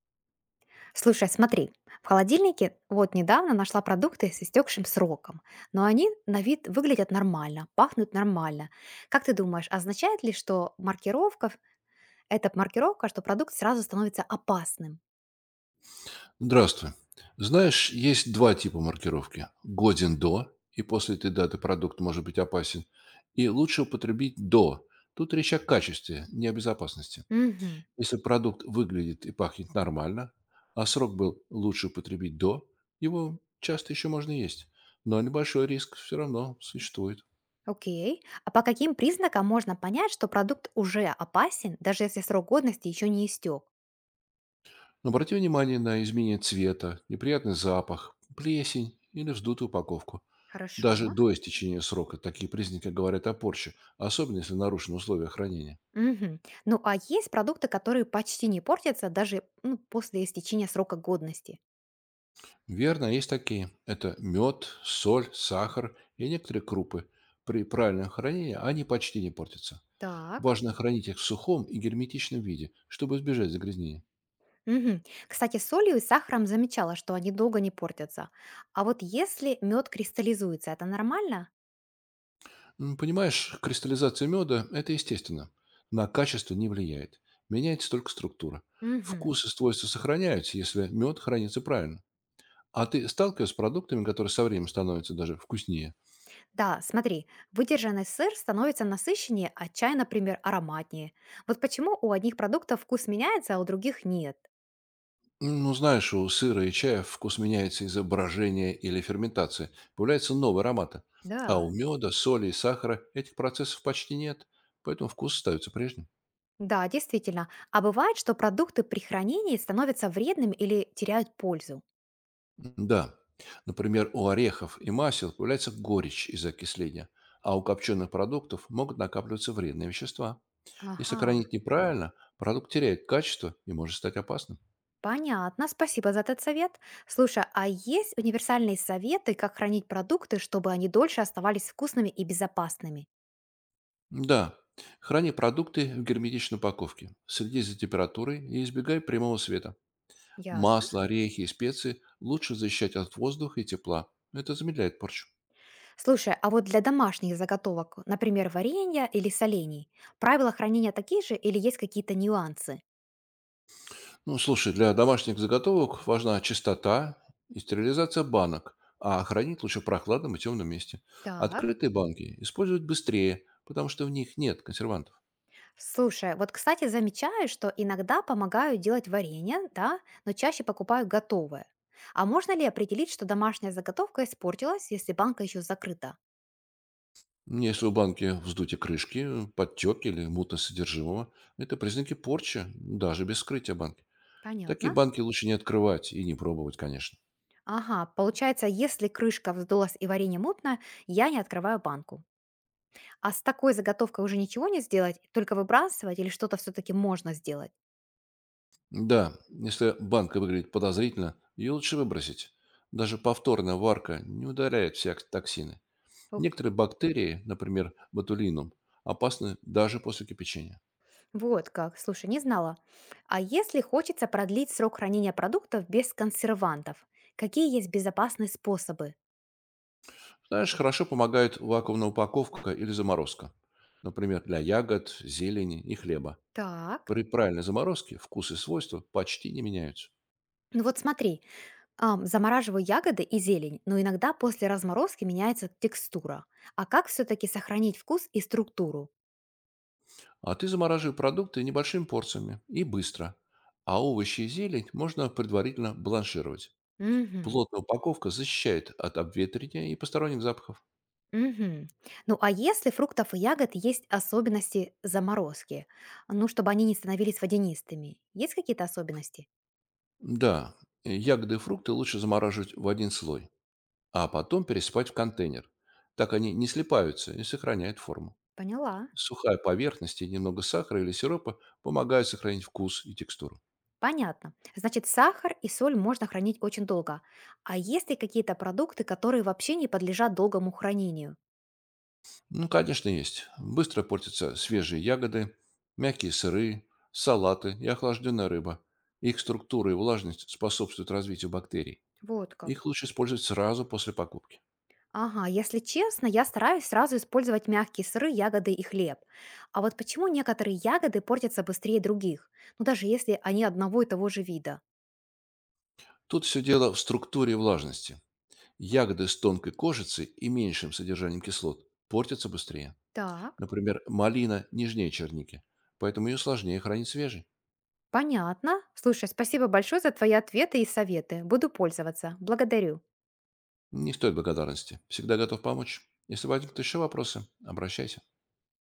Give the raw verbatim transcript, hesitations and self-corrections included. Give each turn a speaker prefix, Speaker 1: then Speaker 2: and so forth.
Speaker 1: Слушай, смотри, в холодильнике вот недавно нашла продукты с истекшим сроком, но они на вид выглядят нормально, пахнут нормально. Как ты думаешь, означает ли, что маркировка, эта маркировка, что продукт сразу становится опасным?
Speaker 2: Здравствуй. Знаешь, есть два типа маркировки. Годен до, и после этой даты продукт может быть опасен. И лучше употребить до. Тут речь о качестве, не о безопасности.
Speaker 1: Угу.
Speaker 2: Если продукт выглядит и пахнет нормально, а срок был лучше употребить до, его часто еще можно есть. Но небольшой риск все равно существует.
Speaker 1: Окей. А по каким признакам можно понять, что продукт уже опасен, даже если срок годности еще не истек?
Speaker 2: Но обрати внимание на изменение цвета, неприятный запах, плесень или вздутую упаковку.
Speaker 1: Хорошо.
Speaker 2: Даже до истечения срока такие признаки говорят о порче, особенно если нарушены условия хранения.
Speaker 1: Мгм. Ну а есть продукты, которые почти не портятся даже ну, после истечения срока годности?
Speaker 2: Верно, есть такие. Это мед, соль, сахар и некоторые крупы. При правильном хранении они почти не портятся.
Speaker 1: Так.
Speaker 2: Важно хранить их в сухом и герметичном виде, чтобы избежать загрязнения.
Speaker 1: Мгм. Кстати, с солью и сахаром замечала, что они долго не портятся. А вот если мед кристаллизуется, это нормально?
Speaker 2: М, Понимаешь, кристаллизация меда– это естественно. На качество не влияет. Меняется только структура.
Speaker 1: Мгм.
Speaker 2: Вкус и свойства сохраняются, если мед хранится правильно. А ты сталкиваешься с продуктами, которые со временем становятся даже вкуснее?
Speaker 1: Да, смотри, выдержанный сыр становится насыщеннее, а чай, например, ароматнее. Вот почему у одних продуктов вкус меняется, а у других нет.
Speaker 2: Ну, знаешь, у сыра и чая вкус меняется из-за брожения или ферментации. Появляются новые ароматы. А
Speaker 1: Да.
Speaker 2: у меда, соли и сахара этих процессов почти нет, поэтому вкус остается прежним.
Speaker 1: Да, действительно. А бывает, что продукты при хранении становятся вредными или теряют пользу.
Speaker 2: Да, например, у орехов и масел появляется горечь из-за окисления, а у копченых продуктов могут накапливаться вредные вещества. Если
Speaker 1: Ага.
Speaker 2: хранить неправильно, продукт теряет качество и может стать опасным.
Speaker 1: Понятно, спасибо за этот совет. Слушай, а есть универсальные советы, как хранить продукты, чтобы они дольше оставались вкусными и безопасными?
Speaker 2: Да, храни продукты в герметичной упаковке, следи за температурой и избегай прямого света.
Speaker 1: Ясно.
Speaker 2: Масло, орехи и специи лучше защищать от воздуха и тепла. Это замедляет порчу.
Speaker 1: Слушай, а вот для домашних заготовок, например, варенья или солений, правила хранения такие же или есть какие-то нюансы?
Speaker 2: Ну, слушай, для домашних заготовок важна чистота и стерилизация банок, а хранить лучше в прохладном и темном месте.
Speaker 1: Так.
Speaker 2: Открытые банки использовать быстрее, потому что в них нет консервантов.
Speaker 1: Слушай, вот, кстати, замечаю, что иногда помогаю делать варенье, да, но чаще покупаю готовое. А можно ли определить, что домашняя заготовка испортилась, если банка еще закрыта?
Speaker 2: Если у банки вздутие крышки, подтеки или мутность содержимого, это признаки порчи, даже без вскрытия банки. Такие
Speaker 1: Понятно.
Speaker 2: банки лучше не открывать и не пробовать, конечно.
Speaker 1: Ага, получается, если крышка вздулась и варенье мутно, я не открываю банку. А с такой заготовкой уже ничего не сделать, только выбрасывать или что-то все-таки можно сделать?
Speaker 2: Да, если банка выглядит подозрительно, ее лучше выбросить. Даже повторная варка не удаляет все ак- токсины.
Speaker 1: Окей.
Speaker 2: Некоторые бактерии, например, ботулинум, опасны даже после кипячения.
Speaker 1: Вот как, слушай, не знала. А если хочется продлить срок хранения продуктов без консервантов, какие есть безопасные способы?
Speaker 2: Знаешь, хорошо помогает вакуумная упаковка или заморозка. Например, для ягод, зелени и хлеба.
Speaker 1: Так.
Speaker 2: При правильной заморозке вкус и свойства почти не меняются.
Speaker 1: Ну вот смотри, ам, замораживаю ягоды и зелень, но иногда после разморозки меняется текстура. А как все-таки сохранить вкус и структуру?
Speaker 2: А ты замораживай продукты небольшими порциями и быстро. А овощи и зелень можно предварительно бланшировать.
Speaker 1: Мгм.
Speaker 2: Плотная упаковка защищает от обветривания и посторонних запахов.
Speaker 1: Мгм. Ну, а если фруктов и ягод есть особенности заморозки, ну, чтобы они не становились водянистыми, есть какие-то особенности?
Speaker 2: Да, э, ягоды и фрукты лучше замораживать в один слой, а потом пересыпать в контейнер. Так они не слипаются и сохраняют форму.
Speaker 1: Поняла.
Speaker 2: Сухая поверхность и немного сахара или сиропа помогают сохранить вкус и текстуру.
Speaker 1: Понятно. Значит, сахар и соль можно хранить очень долго. А есть ли какие-то продукты, которые вообще не подлежат долгому хранению?
Speaker 2: Ну, конечно, есть. Быстро портятся свежие ягоды, мягкие сыры, салаты и охлажденная рыба. Их структура и влажность способствуют развитию бактерий.
Speaker 1: Вот
Speaker 2: Их
Speaker 1: как.
Speaker 2: лучше использовать сразу после покупки.
Speaker 1: Ага, если честно, я стараюсь сразу использовать мягкие сыры, ягоды и хлеб. А вот почему некоторые ягоды портятся быстрее других? Ну, даже если они одного и того же вида.
Speaker 2: Тут все дело в структуре влажности. Ягоды с тонкой кожицей и меньшим содержанием кислот портятся быстрее.
Speaker 1: Так.
Speaker 2: Например, малина нежнее черники, поэтому ее сложнее хранить свежей.
Speaker 1: Понятно. Слушай, спасибо большое за твои ответы и советы. Буду пользоваться. Благодарю.
Speaker 2: Не стоит благодарности. Всегда готов помочь. Если возникнут еще вопросы, обращайся.